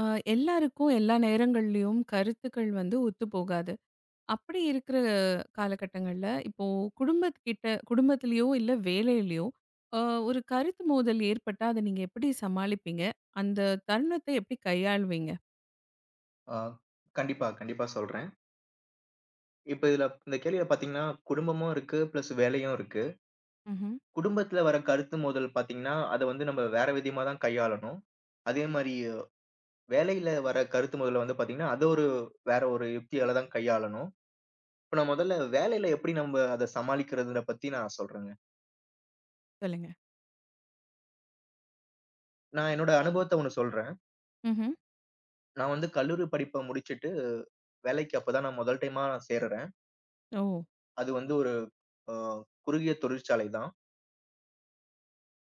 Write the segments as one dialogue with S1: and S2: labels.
S1: ஆ, எல்லாருக்கும் எல்லா நேரங்கள்லயும் கருத்துக்கள் வந்து ஒத்து போகாது. அப்படி இருக்கிற காலகட்டங்கள்ல, இப்போ குடும்பத்துக்கிட்ட குடும்பத்திலயோ இல்ல வேலையிலயோ அ ஒரு கருத்து மோதல் ஏற்பட்டா, அத நீங்க எப்படி சமாளிப்பீங்க? அந்த தருணத்தை எப்படி கையாளுவீங்க?
S2: ஆ, கண்டிப்பா, கண்டிப்பா சொல்றேன். இப்ப இதுல இந்த கேள்வியில பார்த்தீங்கன்னா, குடும்பமும் இருக்கு, பிளஸ் வேலையும் இருக்கு.
S1: ம்ஹ்ம்.
S2: குடும்பத்துல வர கருத்து மோதல் பார்த்தீங்கன்னா, அத வந்து நம்ம வேற விதமா தான் கையாளணும். அதே மாரி வேலையில வர கருத்து மோதல வந்து பார்த்தீங்கன்னா, அத வேற ஒரு யுக்தியால தான் கையாளணும். இப்ப நான் முதல்ல வேலையில எப்படி நம்ம அத சமாளிக்கிறதுல பத்தி நான் சொல்றேங்க.
S1: சொல்லுங்க.
S2: நான் என்னோட அனுபவத்த ஒண்ணு சொல்றேன்.
S1: ம்ஹ்ம்.
S2: நான் வந்து கல்லூரி படிப்ப முடிச்சுட்டு, வேலைக்கு அப்பதான் நான் முதல் டைமா நான் சேர்றேன்.
S1: ஓ!
S2: அது வந்து ஒரு அ குறுகிய தொழிற்சாலை தான்.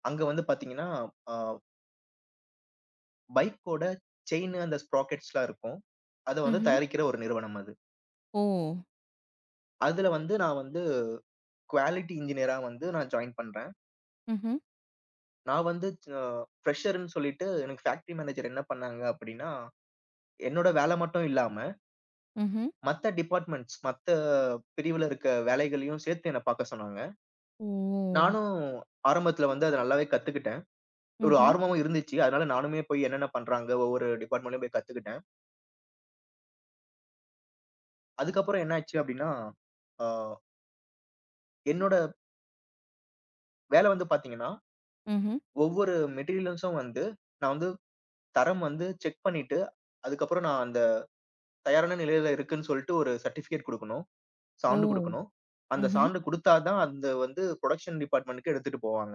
S2: அங்க வந்து பார்த்தீங்கன்னா, ஆ பைக்கோட செயின் அந்த ஸ்ப்ராக்கெட்ஸ்லாம் இருக்கும். அத வந்து
S1: ம்ஹ்ம்.
S2: தயாரிக்கிற ஒரு நிறுவனம் அது.
S1: ஓ!
S2: அதுல வந்து நான் வந்து குவாலிட்டி இன்ஜினியரா வந்து நான் ஜாயின் பண்றேன்.
S1: ம்ஹ்ம்.
S2: நான் வந்து அ ஃப்ரெஷர்ன்னு சொல்லிட்டு எனக்கு ஃபேக்டரி மேனேஜர் என்ன பண்ணாங்க அப்படின்னா, என்னோட வேல மட்டும் இல்லாம,
S1: ம்ஹ்ம்.
S2: மத்த டிபார்ட்மெண்ட்ஸ் மத்த பிரிவுல இருக்க வேலைகளையும் சேர்த்து என்ன பார்க்க சொன்னாங்க.
S1: ஓ!
S2: நானும் ஆரம்பத்துல வந்து அத நல்லாவே கத்துக்கிட்டேன். ஒரு
S1: ம்ஹ்ம்.
S2: ஆர்வமும் இருந்துச்சு. அதனால நானுமே போய் என்னென்ன பண்றாங்க, ஒவ்வொரு டிபார்ட்மெண்ட்லயும் போய் கத்துக்கிட்டேன். அதுக்கப்புறம் என்னாச்சு அப்படின்னா, அ என்னோட வேல வந்து பார்த்தீங்கன்னா,
S1: ம்ஹ்ம்.
S2: ஒவ்வொரு மெட்டீரியல்ஸும் வந்து, நான் வந்து தரம் வந்து செக் பண்ணிட்டு, அதுக்கப்புறம் நான் அந்த தயாரான நிலையில இருக்குன்னு சொல்லிட்டு ஒரு சர்டிஃபிகேட் குடுக்கணும்.
S1: ஓ!
S2: சான்று குடுக்கணும். அந்த
S1: ம்ஹ்ம்.
S2: சான்று குடுத்தா தான் அந்த வந்து புரொடக்ஷன் டிபார்ட்மென்ட்க்கு எடுத்துட்டு போவாங்க.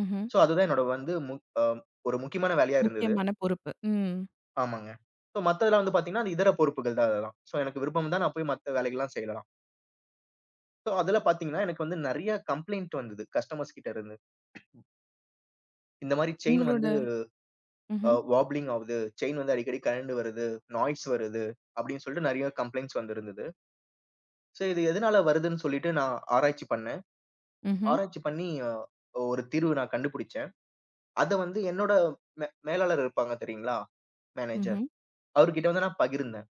S1: ம்ஹ்ம்.
S2: சோ, அதுதான் என்னோட வந்து மு அ ஒரு முக்கியமான வேலையா இருந்தது.
S1: முக்கியமான பொறுப்பு. ம்.
S2: ஆமாங்க. சோ மத்ததெல்லாம் வந்து பாத்தீங்கன்னா, அது இதர பொறுப்புகள் தான் அதெல்லாம். சோ எனக்கு விருப்பம் தான், நான் போய் மத்த வேலைகள்லாம் செய்யலாம். சோ அதுல பாத்தீங்கன்னா, எனக்கு வந்து நெறைய கம்ப்ளைண்ட் வந்தது, கஸ்டமர்ஸ் கிட்ட இருந்து. இந்த மாரி செயின் வந்து
S1: உங்களோட ம்ஹ்ம்.
S2: வாப்ளிங் ஆவுது, செயின் வந்து அடிக்கடி கழண்டு வருது, நாய்ஸ் வருது அப்படின்னு சொல்லிட்டு நெறைய கம்ப்ளைண்ட்ஸ் வந்திருந்தது. சோ இது எதனால வருதுன்னு சொல்லிட்டு நான் ஆராய்ச்சி பண்ணேன்.
S1: ம்ஹ்ம்.
S2: ஆராய்ச்சி பண்ணி ஒரு தீர்வு நான் கண்டுபிடிச்சேன். அத வந்து என்னோட மேலாளர் இருப்பாங்க தெரியுங்களா? மேனேஜர்.
S1: ம்ஹ்ம்.
S2: அவர்கிட்ட வந்து நான் பகிர்ந்தேன்.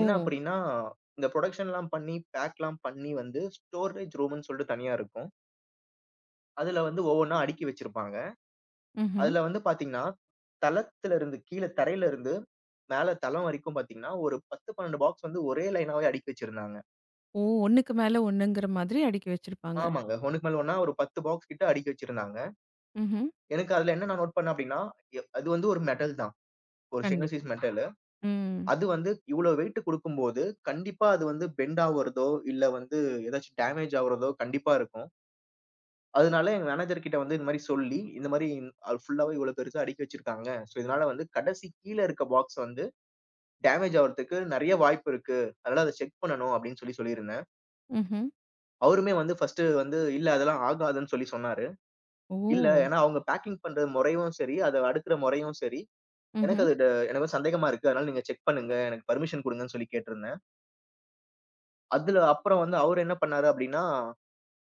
S2: என்ன அப்படின்னா, இந்த புரொடக்ஷன்லாம் பண்ணி, பேக்லாம் பண்ணி வந்து ஸ்டோரேஜ் ரூம்ன்னு சொல்லிட்டு தனியா இருக்கும். அதுல வந்து ஒவ்வொன்னா அடுக்கி வச்சிருப்பாங்க.
S1: ம்
S2: அதுல வந்து பாத்தீங்கன்னா, தளத்துல இருந்து கீழ தரையில இருந்து மேல தளம் வரைக்கும் பாத்தீங்கன்னா, ஒரு 10, 12 பாக்ஸ் வந்து ஒரே லைனாவே அடுக்கி வச்சிருந்தாங்க.
S1: ஓ! 1க்கு மேல 1ங்கிற மாதிரி அடுக்கி வச்சிருப்பாங்க.
S2: ஆமாங்க. ஒண்ணுக்கு மேல ஒண்ணா ஒரு 10 பாக்ஸ் கிட்ட அடுக்கி வச்சிருந்தாங்க.
S1: ம்ஹ்ம்.
S2: எனக்கு அதுல என்ன நான் நோட் பண்ணேன் அப்டின்னா, அது வந்து ஒரு மெட்டல் தான். ஒரு ஸ்டெயின்லெஸ்
S1: கண்டிப்பா.
S2: Steel metal.
S1: ம்.
S2: அது வந்து இவ்ளோ வெயிட் குடுக்கும்போது, கண்டிப்பா அது வந்து பெண்ட் ஆவுறதோ, இல்ல வந்து ஏதாச்சும் டேமேஜ் ஆவுறதோ கண்டிப்பா இருக்கும். அதனால எங்க மேனேஜர் கிட்ட வந்து இந்த மாரி சொல்லி, இந்த மாரி அது ஃபுல்லாவே இவ்ளோ பெருசா அடுக்கி வச்சிருக்காங்க. சோ இதனால வந்து கடைசி கீழ இருக்க பாக்ஸ் வந்து டேமேஜ் ஆவறதுக்கு நெறைய வாய்ப்பு இருக்கு. அதனால அத செக் பண்ணணும் அப்படின்னு சொல்லி சொல்லியிருந்தேன்.
S1: ம்ஹ்ம்.
S2: அவருமே வந்து ஃபர்ஸ்ட்டு வந்து, இல்ல அதெல்லாம் ஆகாதுன்னு சொல்லி சொன்னாரு. இல்ல
S1: ஓ!
S2: ஏன்னா அவங்க பேக்கிங் பண்ற முறையும் சரி, அத அடுக்குற முறையும் சரி, எனக்கு
S1: ம்ஹ்ம்.
S2: அது எனக்கு வந்து சந்தேகமா இருக்கு. அதனால நீங்க செக் பண்ணுங்க, எனக்கு பெர்மிஷன் குடுங்கன்னு சொல்லி கேட்டிருந்தேன். அதுல அப்புறம் வந்து அவரு என்ன பண்ணாரு அப்படின்னா,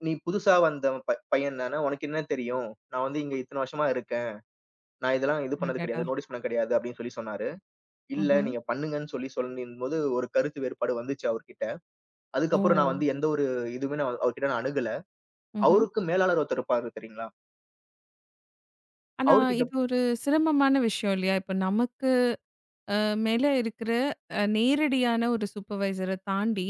S2: "நீ புதுசா வந்த பையன் தானே, உனக்கு என்ன தெரியும்? நான் வந்து இங்க இத்தன வருஷமா இருக்கேன். நான் இதெல்லாம் இது பண்ணது
S1: அடடா!
S2: கிடையாது, நோட்டீஸ் பண்ணது கிடையாது" அப்படின்னு சொல்லி சொன்னாரு. "இல்ல
S1: ம்ஹ்ம்.
S2: நீங்க பண்ணுங்கன்னு" சொல்லி சொல்லிருந்தபோது ஒரு கருத்து வேறுபாடு வந்துச்சு அவர்கிட்ட.
S1: ஓ!
S2: அதுக்கப்புறம் நான் வந்து எந்த ஒரு இதுவுமே நான் அவர்கிட்ட நான் அணுகல.
S1: ம்ஹ்ம்.
S2: அவருக்கு மேலாளர் ஒருத்தர் இருப்பாரு தெரியுங்களா?
S1: ஆனா
S2: அவர்கிட்ட
S1: இது ஒரு சிரமமான விஷயம் இல்லையா? இப்ப நமக்கு மேல இருக்கிற நேரடியான ஒரு சூப்பர்வைசர தாண்டி,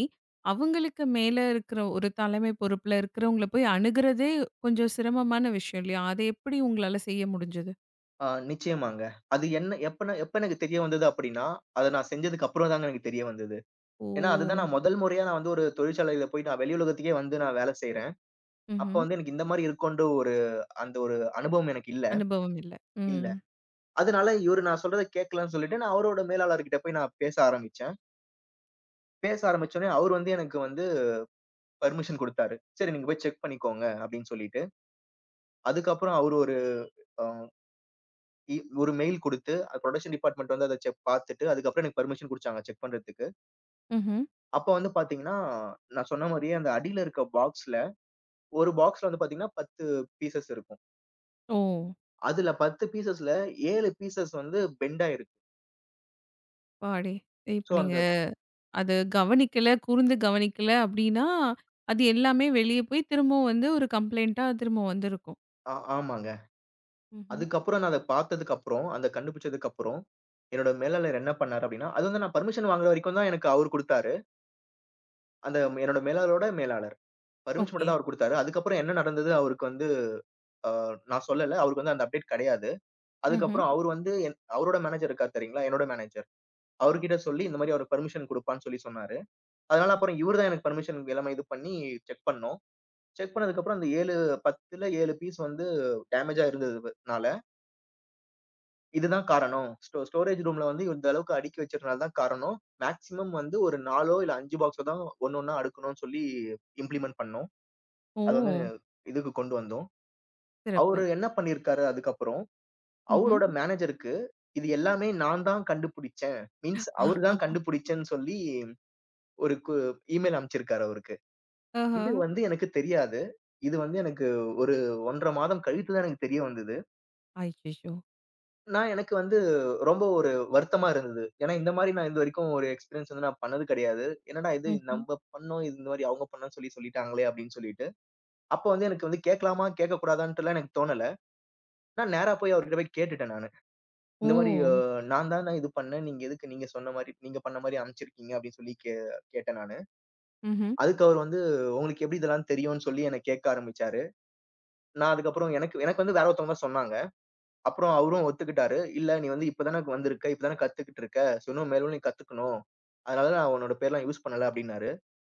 S1: அவங்களுக்கு மேல இருக்கிற ஒரு தலைமை பொறுப்புல இருக்கிறவங்கள போய் அணுகுறதே கொஞ்சம் சிரமமான விஷயம் இல்லையா? அத எப்படி உங்களால செய்ய முடிஞ்சது?
S2: நிச்சயமாங்க. அது என்ன எப்ப எப்ப எனக்கு தெரிய வந்தது அப்டின்னா, அத நான் செஞ்சதுக்கு அப்புறம் தாங்க எனக்கு தெரிய வந்தது. ஏன்னா, அதுதான்
S1: ஓ!
S2: நான் முதல் முறையா நான் வந்து ஒரு தொழிற்சாலையில போய் நான் வெளி உலகத்துக்கே வந்து நான் வேல செய்றேன். அப்ப
S1: ம்ஹ்ம்.
S2: வந்து எனக்கு இந்த மாரி இருக்குன்ற ஒரு அந்த ஒரு அனுபவம் எனக்கு இல்ல,
S1: அனுபவம் இல்ல.
S2: இல்ல.
S1: ம்.
S2: அதனால இவரு நான் சொல்றத கேட்கலன்னு சொல்லிட்டு நான் அவரோட மேலாளர்கிட்ட போய் நான் பேச ஆரம்பிச்சேன். பேச ஆரம்பிச்சோனே அவரு வந்து எனக்கு வந்து பெர்மிஷன் குடுத்தாரு. சரி நீங்க போய் செக் பண்ணிக்கோங்க அப்டின்னு சொல்லிட்டு. அதுக்கப்புறம் அவரு ஒரு அ இ ஒரு மெயில் குடுத்து, அது புரொடக்ஷன் டிபார்ட்மெண்ட் வந்து அத செக் பாத்துட்டு, அதுக்கப்புறம் எனக்கு பெர்மிஷன் குடுச்சாங்க செக் பண்றதுக்கு.
S1: ம்ஹ்ம்.
S2: அப்ப வந்து பாத்தீங்கன்னா, நான் சொன்ன மாரியே அந்த அடியில இருக்க பாக்ஸ்ல, ஒரு பாக்ஸ்ல வந்து பாத்தீங்கன்னா 10 பீசஸ் இருக்கும்.
S1: ஓ!
S2: அதுல 10 பீசஸ்ல 7 பீசஸ் வந்து பெண்ட் ஆயிருக்கு.
S1: அப்பாடி!
S2: ஸோ
S1: இப்ப நீங்க
S2: அந்த
S1: அது கவனிக்கல, கூர்ந்து கவனிக்கல அப்டின்னா, அது எல்லாமே வெளிய போய் திரும்பவும் வந்து ஒரு கம்ப்ளைண்ட்டா திரும்ப வந்திருக்கும்.
S2: ஆமாங்க.
S1: ம்ஹ்ம்.
S2: அதுக்கப்புறம் நான் அத பாத்ததுக்கப்புறம், அத கண்டுபிடிச்சதுக்கப்புறம், என்னோட மேலாளர் என்ன பண்ணாரு அப்டின்னா, அது வந்து நான் பெர்மிஷன் வாங்குற வரைக்கும் தான் எனக்கு அவரு குடுத்தாரு. அந்த என்னோட மேலாளரோட மேலாளர். Permission
S1: okay.
S2: மட்டும் தான் அவரு குடுத்தாரு. அதுக்கப்புறம் என்ன நடந்தது அவருக்கு வந்து, அ நான் சொல்லல. அவருக்கு வந்து அந்த அப்டேட் கெடையாது.
S1: ம்ஹ்ம்.
S2: அதுக்கப்புறம் அவரு வந்து அவரோட மேனேஜர் இருக்காரு தெரியுங்களா? என்னோட மேனேஜர். அவர்கிட்ட சொல்லி இந்த மாரி அவரு பெர்மிஷன் குடுப்பான்னு சொல்லி சொன்னாரு. அதனால அப்புறம் இவரு தான் எனக்கு பெர்மிஷன் எல்லாமே இது பண்ணி செக் பண்ணோம். செக் பண்ணதுக்கப்புறம் அந்த 7 10ல 7 பீஸ் வந்து டேமேஜா இருந்ததுனால, இதுதான் காரணம். ஸ்டோரேஜ் ரூம்ல வந்து இந்த அளவுக்கு அடுக்கி வச்சதுனால தான் காரணம். மேக்ஸிமம் வந்து ஒரு 4ஓ இல்ல 5 பாக்ஸோ தான் ஒண்ணொன்னா அடுக்கணும்னு சொல்லி இம்ப்ளிமெண்ட் பண்ணோம்.
S1: ஓ!
S2: அது வந்து இதுக்கு கொண்டு வந்தோம்.
S1: சிறப்பு.
S2: அவரு என்ன பண்ணியிருக்காரு அதுக்கப்புறம்
S1: ம்ஹ்ம்.
S2: அவரோட மேனேஜருக்கு, "இது எல்லாமே நான் தான் கண்டுபிடிச்சேன்." மீன்ஸ் அவரு தான்
S1: ஆமா.
S2: கண்டுபிடிச்சேன்னு சொல்லி ஒரு இமெயில் அனுப்பிச்சிருக்காரு அவருக்கு.
S1: ஆஹா!
S2: இது வந்து எனக்கு தெரியாது. இது வந்து எனக்கு ஒரு 1½ 1/2 மாதம் கழித்து தான் எனக்கு தெரிய வந்தது.
S1: அய்யய்யோ!
S2: நான் எனக்கு வந்து ரொம்ப ஒரு வருத்தமா இருந்தது. ஏன்னா இந்த மாரி நான் இதுவரைக்கும் ஒரு எக்ஸ்பீரியன்ஸ் வந்து நான் பண்ணது கிடையாது. என்னடா இது
S1: ம்ஹ்ம்.
S2: நம்ம பண்ணோம், இது இந்த மாரி அவங்க பண்ணோம்ன்னு சொல்லி சொல்லிட்டாங்களே அப்படின்னு சொல்லிட்டு. அப்ப வந்து எனக்கு வந்து கேட்கலாமா, கேட்கக்கூடாதான்ட்டுலாம் எனக்கு தோணல. நான் நேரா போய் அவர்கிட்ட போய் கேட்டுட்டேன் நானு.
S1: ஓ!
S2: இந்த மாரி நான் தான் நான் இது பண்ணேன். நீங்க எதுக்கு நீங்க சொன்ன மாரி நீங்க பண்ண மாரி அனுப்பிச்சிருக்கீங்க அப்படின்னு சொல்லி கேட்டேன் நானு.
S1: ம்ஹ்ம்.
S2: அதுக்கு அவர் வந்து உங்களுக்கு எப்படி இதெல்லாம் தெரியும்ன்னு சொல்லி என்ன கேட்க ஆரம்பிச்சாரு. நான் அதுக்கப்புறம் எனக்கு எனக்கு வந்து வேற ஒருத்தவங்க தான் சொன்னாங்க. அப்புறம் அவரும் ஒத்துக்கிட்டாரு. இல்ல நீ வந்து இப்ப தானே வந்திருக்க, இப்ப தானே கத்துக்கிட்டு இருக்க, சோ இன்னும் மேலும் நீ கத்துக்கணும். அதனால நான் உன்னோட பேர்லாம் யூஸ் பண்ணல அப்படின்னாரு.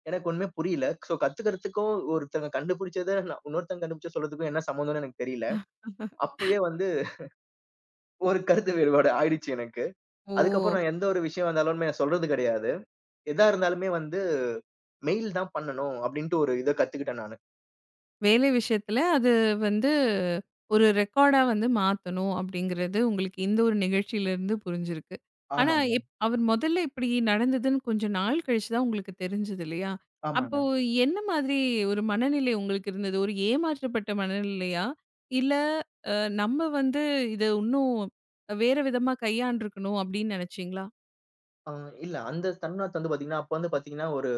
S2: எனக்கு ஒண்ணுமே புரியல. சோ கத்துக்கிறதுக்கும் ஒருத்தங்க கண்டுபிடிச்சத நான் இன்னொருத்தங்க கண்டுபிடிச்ச சொல்றதுக்கும் என்ன சம்மந்தம்னு எனக்கு தெரியல. அப்பவே வந்து ஒரு கருத்து வேறுபாடு ஆயிடுச்சு எனக்கு.
S1: ஓ!
S2: அதுக்கப்புறம் நான் எந்த ஒரு விஷயம் வந்தாலுமே சொல்றது கிடையாது. எதா இருந்தாலுமே வந்து மெயில் தான் பண்ணணும் அப்டின்ட்டு ஒரு இத கத்துக்கிட்டேன் நானு.
S1: வேலை விஷயத்துல அது வந்து ஒரு ரெக்கார்டா வந்து மாத்தணும் அப்படிங்கிறது உங்களுக்கு இந்த ஒரு நிகழ்ச்சியில இருந்து புரிஞ்சிருக்கு. ஆனா
S2: ஆமாங்க,
S1: அவர் முதல்ல இப்படி நடந்ததுன்னு கொஞ்சம் நாள் கழிச்சு தான் உங்களுக்கு தெரிஞ்சது இல்லையா?
S2: ஆமாங்க.
S1: அப்போ என்ன மாதிரி ஒரு மனநிலை உங்களுக்கு இருந்தது? ஒரு ஏமாற்றப்பட்ட மனநிலையா? இல்ல அ நம்ம வந்து இத இன்னும் வேற விதமா கையாண்டுருக்கணும் அப்படின்னு நினைச்சீங்களா?
S2: அ இல்ல அந்த தருணத்த வந்து பாத்தீங்கன்னா, அப்ப வந்து பாத்தீங்கன்னா, ஒரு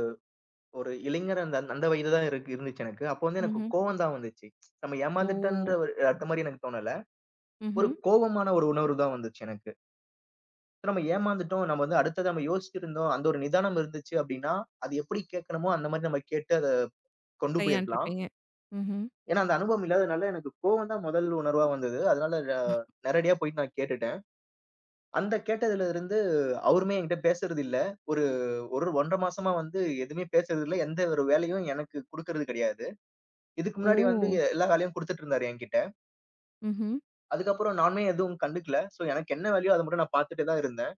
S2: ஒரு இளைஞர் அந்த அந்த வயது தான் இருக்கு இருந்துச்சு எனக்கு. அப்போ வந்து எனக்கு
S1: ம்ஹ்ம்.
S2: கோவம் தான் வந்துச்சு. நம்ம
S1: ஓ!
S2: ஏமாந்துட்டன்ற ஒரு அந்த மாரி எனக்கு தோணல.
S1: ம்ஹ்ம்.
S2: ஒரு கோவமான ஒரு உணர்வு தான் வந்துச்சு எனக்கு. நம்ம ஏமாந்துட்டோம், நம்ம வந்து அடுத்தது நம்ம யோசிச்சிருந்தோம், அந்த ஒரு நிதானம் இருந்துச்சு அப்டின்னா, அது எப்படி கேட்கணுமோ அந்த மாரி நம்ம கேட்டு அத கொண்டு போயிருக்கலாம்.
S1: கையாண்டுருப்பீங்க. ம்ஹ்ம்.
S2: ஏன்னா அந்த அனுபவம் இல்லாதனால எனக்கு கோவம் தான் முதல் உணர்வா வந்தது. அதனால நேரடியா போயிட்டு நான் கேட்டுட்டேன். அந்த கேட்டதுல இருந்து அவருமே என்கிட்ட பேசுறது இல்ல. ஒரு ஒரு 1½ 1/2 மாசமா வந்து எதுவுமே பேசுறது இல்ல. எந்த ஒரு வேலையும் எனக்கு குடுக்குறது கிடையாது. இதுக்கு
S1: ஓ!
S2: முன்னாடி வந்து எல்லா வேலையும் குடுத்துட்டு இருந்தாரு என்கிட்ட.
S1: ம்ஹ்ம்.
S2: அதுக்கப்புறம் நானுமே எதுவும் கண்டுக்கல. ஸோ எனக்கு என்ன வேலையோ அத மட்டும் நான் பார்த்துட்டே தான் இருந்தேன்.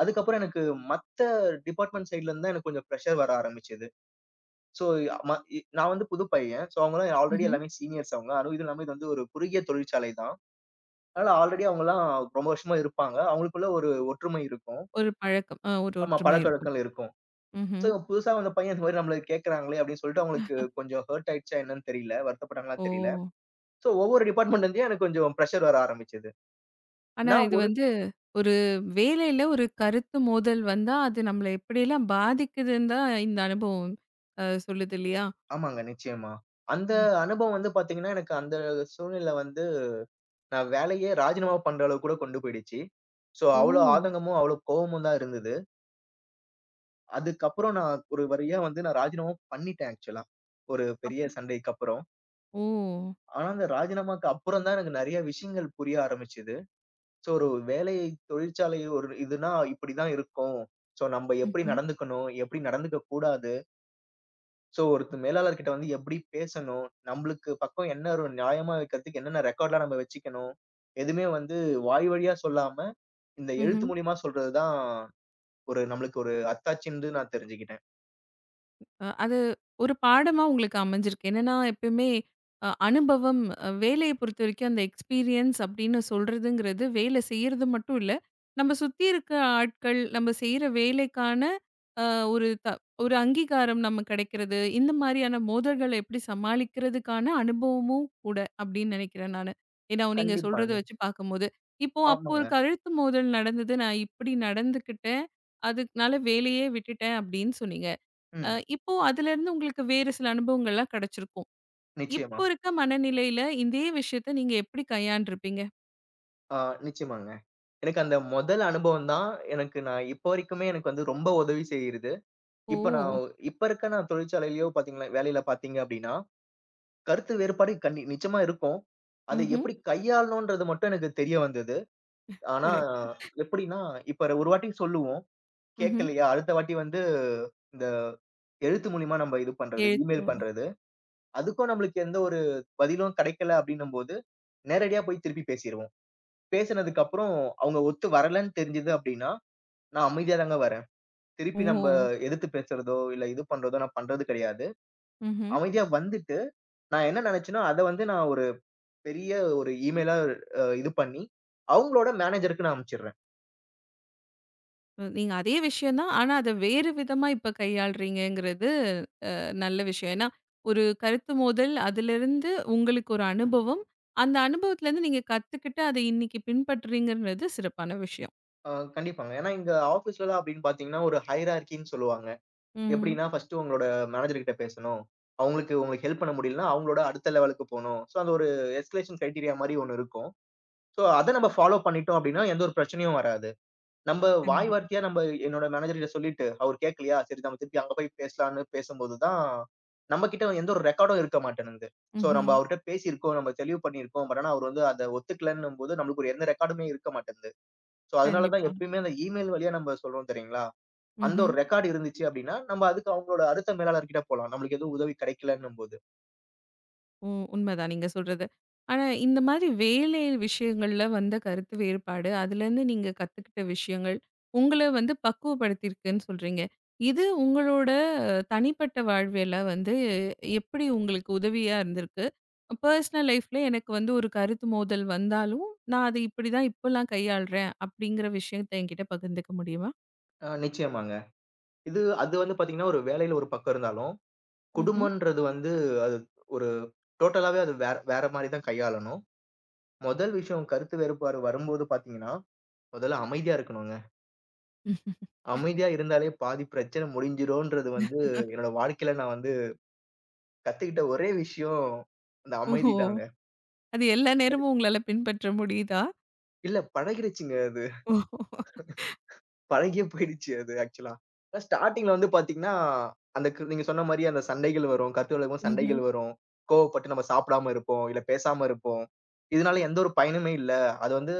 S2: அதுக்கப்புறம் எனக்கு மத்த டிபார்ட்மெண்ட் சைட்ல இருந்து தான் எனக்கு கொஞ்சம் பிரஷர் வர ஆரம்பிச்சது. ஸோ ம இ நான் வந்து புது பையன். ஸோ அவங்கலாம் ஆல்ரெடி எல்லாமே சீனியர்ஸ் அவங்க. அதுவும் இதுவும் இல்லாம இது வந்து ஒரு குறுகிய தொழிற்சாலை தான். அதனால ஆல்ரெடி அவங்கலாம் ரொம்ப வருஷமா இருப்பாங்க. அவங்களுக்குள்ள ஒரு ஒற்றுமை இருக்கும்.
S1: ஒரு பழக்கம். ஒரு
S2: ஆமா
S1: ஒற்றுமை இருக்கும்.
S2: பழக்கவழக்கம் இருக்கும். சோ
S1: ம்ஹ்ம்.
S2: புதுசா வந்த பையன் இந்த மாரி நம்மள கேட்கறாங்களே அப்படின்னு சொல்லிட்டு அவங்களுக்கு கொஞ்சம் ஹர்ட் ஆயிடுச்சா என்னன்னு தெரியல,
S1: ஓ!
S2: வருத்தப்பட்டாங்களான்னு தெரியல. சோ ஒவ்வொரு டிபார்ட்மென்ட்ல இருந்தே எனக்கு கொஞ்சம் பிரஷர் வர ஆரம்பிச்சது.
S1: ஆனா
S2: நான்
S1: இது
S2: ஒரு
S1: வந்து ஒரு வேலையில ஒரு கருத்து மோதல் வந்தா, அது நம்மள எப்படியெல்லாம் பாதிக்குதுன்னு தான் இந்த அனுபவம் சொல்லுது இல்லையா?
S2: ஆமாங்க நிச்சயமா. அந்த
S1: ம்.
S2: அனுபவம் வந்து பார்த்தீங்கன்னா, எனக்கு அந்த சூழ்நிலை வந்து நான் வேலையே ராஜினாமா பண்ற அளவுக்கு கூட கொண்டு போயிடுச்சு. சோ
S1: ஓ!
S2: அவ்ளோ ஆதங்கமும், அவ்ளோ கோவமும் தான் இருந்தது. அதுக்கப்புறம் நான் ஒரு வழியா வந்து நான் ராஜினாமா பண்ணிட்டேன் ஆக்சுவலா. ஒரு பெரிய
S1: அப்படி.
S2: சண்டைக்கு அப்புறம்.
S1: ஓ!
S2: ஆனா அந்த ராஜினாமாக்கு அப்புறம் தான் எனக்கு நெறைய விஷயங்கள் புரிய ஆரம்பிச்சது. சோ ஒரு வேலை தொழிற்சாலை ஒரு இதுன்னா இப்படிதான் இருக்கும். சோ நம்ப எப்படி
S1: ம்ஹ்ம்.
S2: நடந்துக்கணும்? எப்படி நடந்துக்க கூடாது? சோ ஒருத்த மேலாளர் கிட்ட வந்து எப்படி பேசணும்? நம்பளுக்கு பக்கம் என்ன ஒரு நியாயமா வைக்கிறதுக்கு என்னென்ன ரெக்கார்ட்லாம் நம்ம வச்சுக்கணும்? எதுவுமே வந்து வாய் வழியா சொல்லாம, இந்த
S1: ம்ஹ்ம்.
S2: எழுத்து மூலியமா சொல்றது தான் ஒரு நம்மளுக்கு ஒரு அத்தாட்சின்னு நான் தெரிஞ்சுக்கிட்டேன்.
S1: அது ஒரு பாடமா உங்களுக்கு அமைஞ்சிருக்கு. என்னன்னா, எப்பயுமே அனுபவம் வேலைய பொறுத்தவரைக்கும் அந்த எக்ஸ்பீரியன்ஸ் அப்படின்னு சொல்றதுங்கிறது, வேலை செய்யறது மட்டும் இல்ல. நம்ம சுத்தி இருக்க ஆட்கள், நம்ம செய்ற வேலைக்கான அ ஒரு ஒரு அங்கீகாரம் நமக்கு கிடைக்கிறது. இந்த மாரியான மோதல்கள எப்படி சமாளிக்கிறதுக்கான அனுபவமும் கூட அப்படின்னு நினைக்கிறேன் நானு. ஏன்னா, நீங்க
S2: கண்டிப்பா.
S1: சொல்றத
S2: நி
S1: வச்சு பார்க்கும்போது. இப்போ அப்போ ஒரு
S2: ஆமாங்க.
S1: கழுத்து மோதல் நடந்தது. நான் இப்படி நடந்துக்கிட்டேன். அதுனால வேலையே விட்டுட்டேன் அப்படின்னு சொன்னீங்க.
S2: ம்.
S1: இப்போ அதுலருந்து உங்களுக்கு வேறு சில அனுபவங்கள்லாம் கிடைச்சிருக்கும்.
S2: நிச்சயமா.
S1: இப்போ இருக்க மனநிலையில இதே விஷயத்த நீங்க எப்படி கையாண்டுருப்பீங்க?
S2: ஆ நிச்சயமாங்க. எனக்கு அந்த முதல் அனுபவம் தான் எனக்கு, நான் இப்போ வரைக்குமே எனக்கு வந்து ரொம்ப உதவி செய்யுது.
S1: ஓ!
S2: இப்ப நான் இப்ப இருக்க நான் தொழிற்சாலையிலயோ பாத்தீங்கன்னா, வேலையில பாத்தீங்க அப்டின்னா, கருத்து வேறுபாடு நிச்சயமா இருக்கும். அதை
S1: ம்ஹ்ம்.
S2: எப்படி கையாளணும்ன்றது மட்டும் எனக்கு தெரிய வந்தது. ஆனா
S1: சிறப்பு.
S2: எப்படின்னா, இப்ப ஒரு வாட்டி சொல்லுவோம்,
S1: ம்ஹ்ம்.
S2: கேட்கலையா, அடுத்த வாட்டி வந்து இந்த எழுத்து மூலியமா நம்ம இது பண்றது, இமெயில்
S1: எழுத்தோட.
S2: பண்றது. அதுக்கும் நம்மளுக்கு எந்த ஒரு பதிலும் கிடைக்கல அப்டின்னும்போது, நேரடியா போய் திருப்பி பேசிருவோம். பேசினதுக்கு அப்புறம் அவங்க ஒத்து வரலன்னு தெரிஞ்சது அப்டின்னா, நான் அமைதியா தாங்க வரேன்.
S1: ஓ!
S2: திருப்பி நம்ம எதிர்த்து பேசுறதோ, இல்ல இது பண்றதோ நான் பண்றது கிடையாது.
S1: ம்ஹ்ம்.
S2: அமைதியா வந்துட்டு நான் என்ன நினைச்சேன்னா, அத வந்து நான் ஒரு பெரிய ஒரு இமெயிலா இது பண்ணி, அவங்களோட மேனேஜருக்கு நான் அனுப்பிச்சிடுறேன்.
S1: நீங்க அதே விஷயம் தான். ஆனா, அத வேறு விதமா இப்ப கையாளுறீங்கங்கிறது நல்ல விஷயம். ஏன்னா, ஒரு கருத்து மோதல், அதுலருந்து உங்களுக்கு ஒரு அனுபவம். அந்த அனுபவத்துலருந்து நீங்க கத்துக்கிட்டு அத இன்னைக்கு பின்பற்றுறீங்கன்றது சிறப்பான விஷயம்.
S2: அ கண்டிப்பாங்க. ஏன்னா எங்க ஆஃபீஸ்லலாம் அப்படின்னு பார்த்தீங்கன்னா, ஒரு ஹைரார்க்கின்னு சொல்லுவாங்க.
S1: ம்.
S2: எப்படின்னா, ஃபர்ஸ்ட்டு உங்களோட மேனேஜர் கிட்ட பேசணும். அவங்களுக்கு உங்களுக்கு ஹெல்ப் பண்ண முடியலன்னா, அவங்களோட அடுத்த லெவலுக்கு போணும். ஸோ, அந்த ஒரு எஸ்கலேஷன் கிரைட்டீரியா மாரி ஒண்ணு இருக்கும். ஸோ, அத நம்ம ஃபாலோ பண்ணிட்டோம் அப்படின்னா, எந்த ஒரு பிரச்சனையும் வராது. நம்ப வாய்
S1: கண்டிப்பா.
S2: வார்த்தையா நம்ப என்னோட மேனேஜர் கிட்ட சொல்லிட்டு, அவரு கேட்கலையா, சரி நம்ம திருப்பி அங்க போய் பேசலான்னு பேசும்போது தான், நம்ம கிட்ட எந்த ஒரு ரெக்கார்டும் இருக்க மாட்டேன்னுது. சோ நம்ம
S1: ம்ஹ்ம்.
S2: அவர்ட்ட பேசியிருக்கோம், நம்ம தெளிவு பண்ணியிருக்கோம். பட் ஆனா அவரு வந்து அத ஒத்துக்கலன்னும்போது, நம்மளுக்கு ஒரு எந்த ரெக்கார்டுமே இருக்க மாட்டேன்து. சோ அதனால தான்
S1: கண்டிப்பா.
S2: எப்பயுமே அந்த இமெயில் வழியா நம்ம சொல்றோம் தெரியுங்களா? அந்த
S1: ம்ஹ்ம்.
S2: ஒரு ரெக்கார்டு இருந்துச்சு அப்டின்னா, நம்ம அதுக்கு அவங்களோட அடுத்த மேலாளர் கிட்ட போலாம், நம்மளுக்கு எதுவும் உதவி கிடைக்கலன்னும்போது.
S1: உண்மைதான் நீங்க சொல்றது ஆனா இந்த மாதிரி வேலை விஷயங்கள்ல வந்த கருத்து வேறுபாடு அதுல இருந்து நீங்க கத்துக்கிட்ட விஷயங்கள் உங்களை வந்து பக்குவப்படுத்தியிருக்குன்னு சொல்றீங்க இது உங்களோட தனிப்பட்ட வாழ்வியல வந்து எப்படி உங்களுக்கு உதவியா இருந்திருக்கு பர்சனல் லைஃப்ல எனக்கு வந்து ஒரு கருத்து மோதல் வந்தாலும் நான் அதை இப்படிதான் இப்பெல்லாம் கையாளுறேன் அப்படிங்கிற விஷயத்தை என்கிட்ட பகிர்ந்துக்க முடியுமா
S2: நிச்சயமாங்க. இது அது வந்து பார்த்தீங்கன்னா, ஒரு வேலையில ஒரு பக்கம் இருந்தாலும்,
S1: ம்ஹும்.
S2: குடும்பம்ன்றது வந்து அது ஒரு டோட்டலாவே அது வேற வேற மாரி தான் கையாளணும். ஆ. முதல் விஷயம் கருத்து வேறுபாடு வரும்போது பார்த்தீங்கன்னா, முதல்ல அமைதியா இருக்கணுங்க. அமைதியா இருந்தாலே பாதி பிரச்சனை முடிஞ்சிரும்ன்றது வந்து என்னோட வாழ்க்கையில நான் வந்து கத்துக்கிட்ட ஒரே விஷயம் அந்த அமைதி
S1: ஓ
S2: தாங்க.
S1: அது எல்லா
S2: அது
S1: நேரமும் உங்களால பின்பற்ற முடியுதா
S2: இல்ல பழகிருச்சுங்க அது.
S1: ஓ
S2: பழகியே போயிடுச்சு அது ஆக்சுவலா. ஆனா ஸ்டார்ட்டிங்ல வந்து பார்த்தீங்கன்னா, அந்த நீங்க சொன்ன மாரி அந்த சண்டைகள் வரும். கருத்து வழக்கும்
S1: ம்ஹும்.
S2: சண்டைகள் வரும். கோவப்பட்டு நம்ம சாப்பிடாம இருப்போம், இல்ல பேசாம இருப்போம். இதனால எந்த ஒரு பயனுமே இல்ல. அது வந்து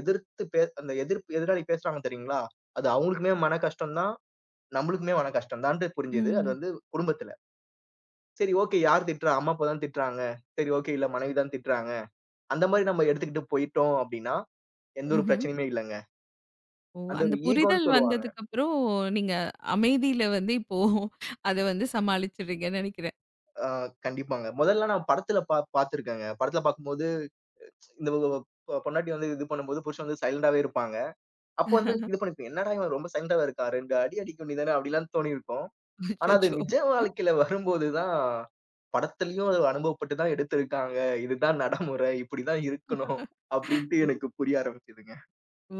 S2: எதிர்த்து பே அந்த எதிர்ப்பு எதிராளி பேசுறாங்க தெரியுங்களா? அது அவங்களுக்குமே மன கஷ்டம் தான். நம்மளுக்குமே மன கஷ்டம்தான்ட்டு புரிஞ்சது. அது
S1: ம்.
S2: வந்து குடும்பத்துல. சரி ஓகே யார் திட்டுறா? அம்மா, அப்பா தான் திட்டுறாங்க. சரி ஓகே இல்ல மனைவி தான் திட்டுறாங்க. அந்த மாரி நம்ம எடுத்துக்கிட்டு போயிட்டோம் அப்படின்னா, எந்த ஒரு
S1: ம்ஹும்.
S2: பிரச்சனையுமே இல்லங்க.
S1: ஓ!
S2: அந்த
S1: அந்த
S2: ஒரு
S1: புரிதல்
S2: ஈகோன்னு சொல்லுவாங்க.
S1: வந்ததுக்கப்புறம், நீங்க அமைதியில வந்து இப்போ அத வந்து சமாளிச்சிடுறீங்கன்னு நெனைக்கிறேன்.
S2: ஆ கண்டிப்பாங்க. முதல்ல நான் படத்துல பார்த்துருக்கேங்க. படத்துல பார்க்கும்போது இந்த பொண்டாட்டி வந்து இது பண்ணும்போது புருஷன் வந்து சைலண்டாவே இருப்பாங்க. அப்போ வந்து இது பண்ணிருப்பேன். என்னடா இவன் ரொம்ப சைலண்டாவா இருக்கான், 2 அடி அடிக்க வேண்டியது தானே அப்படிலாம் தோணியிருக்கும். ஆனா அது
S1: அச்சச்சோ!
S2: நிஜ வாழ்க்கையில வரும்போதுதான், படத்துலயும் அது அனுபவப்பட்டு தான் எடுத்திருக்காங்க. இதுதான் நடைமுறை. இப்படிதான் இருக்கணும். அப்படின்ட்டு எனக்கு புரிய ஆரம்பிச்சதுங்க.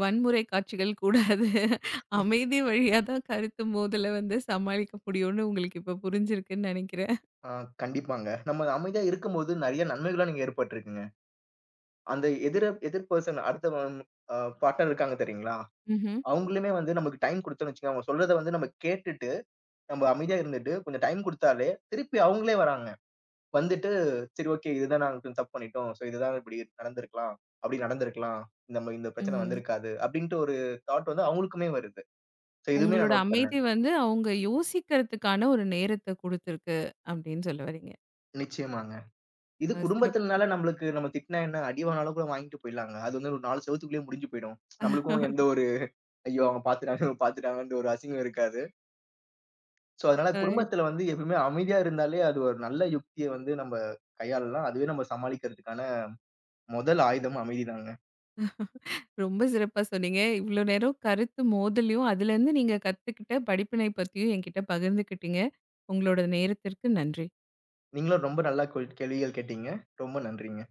S1: வன்முறை காட்சிகள் கூடாது. அமைதி வழியா தான் கருத்து மோதல வந்து சமாளிக்க முடியும்னு உங்களுக்கு இப்ப புரிஞ்சிருக்குன்னு நெனைக்கிறேன்.
S2: ஆ கண்டிப்பாங்க. நம்ம அமைதியா இருக்கும்போது நெறைய நன்மைகள்லாம் நீங்க ஏற்பட்டிருக்குங்க. அந்த எதிர் பெர்சன் அடுத்த ம் அ பார்ட்னர் இருக்காங்க தெரியுங்களா?
S1: ம்ஹ்ம்.
S2: அவங்களுமே வந்து நமக்கு டைம் குடுத்தோம்னு வச்சுக்கோங்க, அவங்க சொல்றத வந்து நம்ம கேட்டுட்டு, நம்ம அமைதியா இருந்துட்டு கொஞ்சம் டைம் குடுத்தாலே, திருப்பி அவங்களே வராங்க. வந்துட்டு, சரி ஓகே, இதுதான் நாங்க கொஞ்சம் தப்பு பண்ணிட்டோம், சோ இதுதான் இப்படி நடந்திருக்கலாம், அப்படி நடந்திருக்கலாம், நம்ம இந்த பிரச்சனை
S1: ம்.
S2: வந்திருக்காது அப்படின்ட்டு ஒரு தாட் வந்து அவங்களுக்குமே வருது. சோ இதுவுமே
S1: உங்களோட
S2: நான் நோட் பண்ணேன்.
S1: அமைதி வந்து அவங்க யோசிக்கிறதுக்கான ஒரு நேரத்த குடுத்துருக்கு, அப்படின்னு சொல்ல வர்றீங்க.
S2: நிச்சயமாங்க. இது
S1: அ சிறப்
S2: குடும்பத்தினால நம்மளுக்கு நம்ம திட்டினா என்ன? அடி வாங்குனாலும் கூட வாங்கிட்டு போயிடலாங்க. அது வந்து ஒரு 4 செவுத்துக்குள்ளேயே முடிஞ்சு போயிடும். நம்மளுக்கும் எந்த ஒரு ஐயோ, அவங்க பார்த்துட்டாங்க, இவங்க பார்த்துட்டாங்கன்ற ஒரு அசிங்கம் இருக்காது. சோ அதனால
S1: அ
S2: குடும்பத்தில வந்து எப்பவுமே அமைதியா இருந்தாலே அது ஒரு நல்ல யுக்திய வந்து நம்ம கையாளலாம். அதுவே நம்ம சமாளிக்கிறதுக்கான முதல் ஆயுதம் அமைதிதாங்க.
S1: ரொம்ப சிறப்பா சொன்னீங்க. இவ்ளோ நேரம் கருத்து மோதலையும், அதுலேருந்து நீங்க கத்துக்கிட்ட படிப்பினை பத்தியும் என்கிட்ட பகிர்ந்துக்கிட்டீங்க. உங்களோட நேரத்திற்கு நன்றி.
S2: நீங்களும் ரொம்ப நல்லா கேள்விகள் கேட்டீங்க. ரொம்ப நன்றிங்க.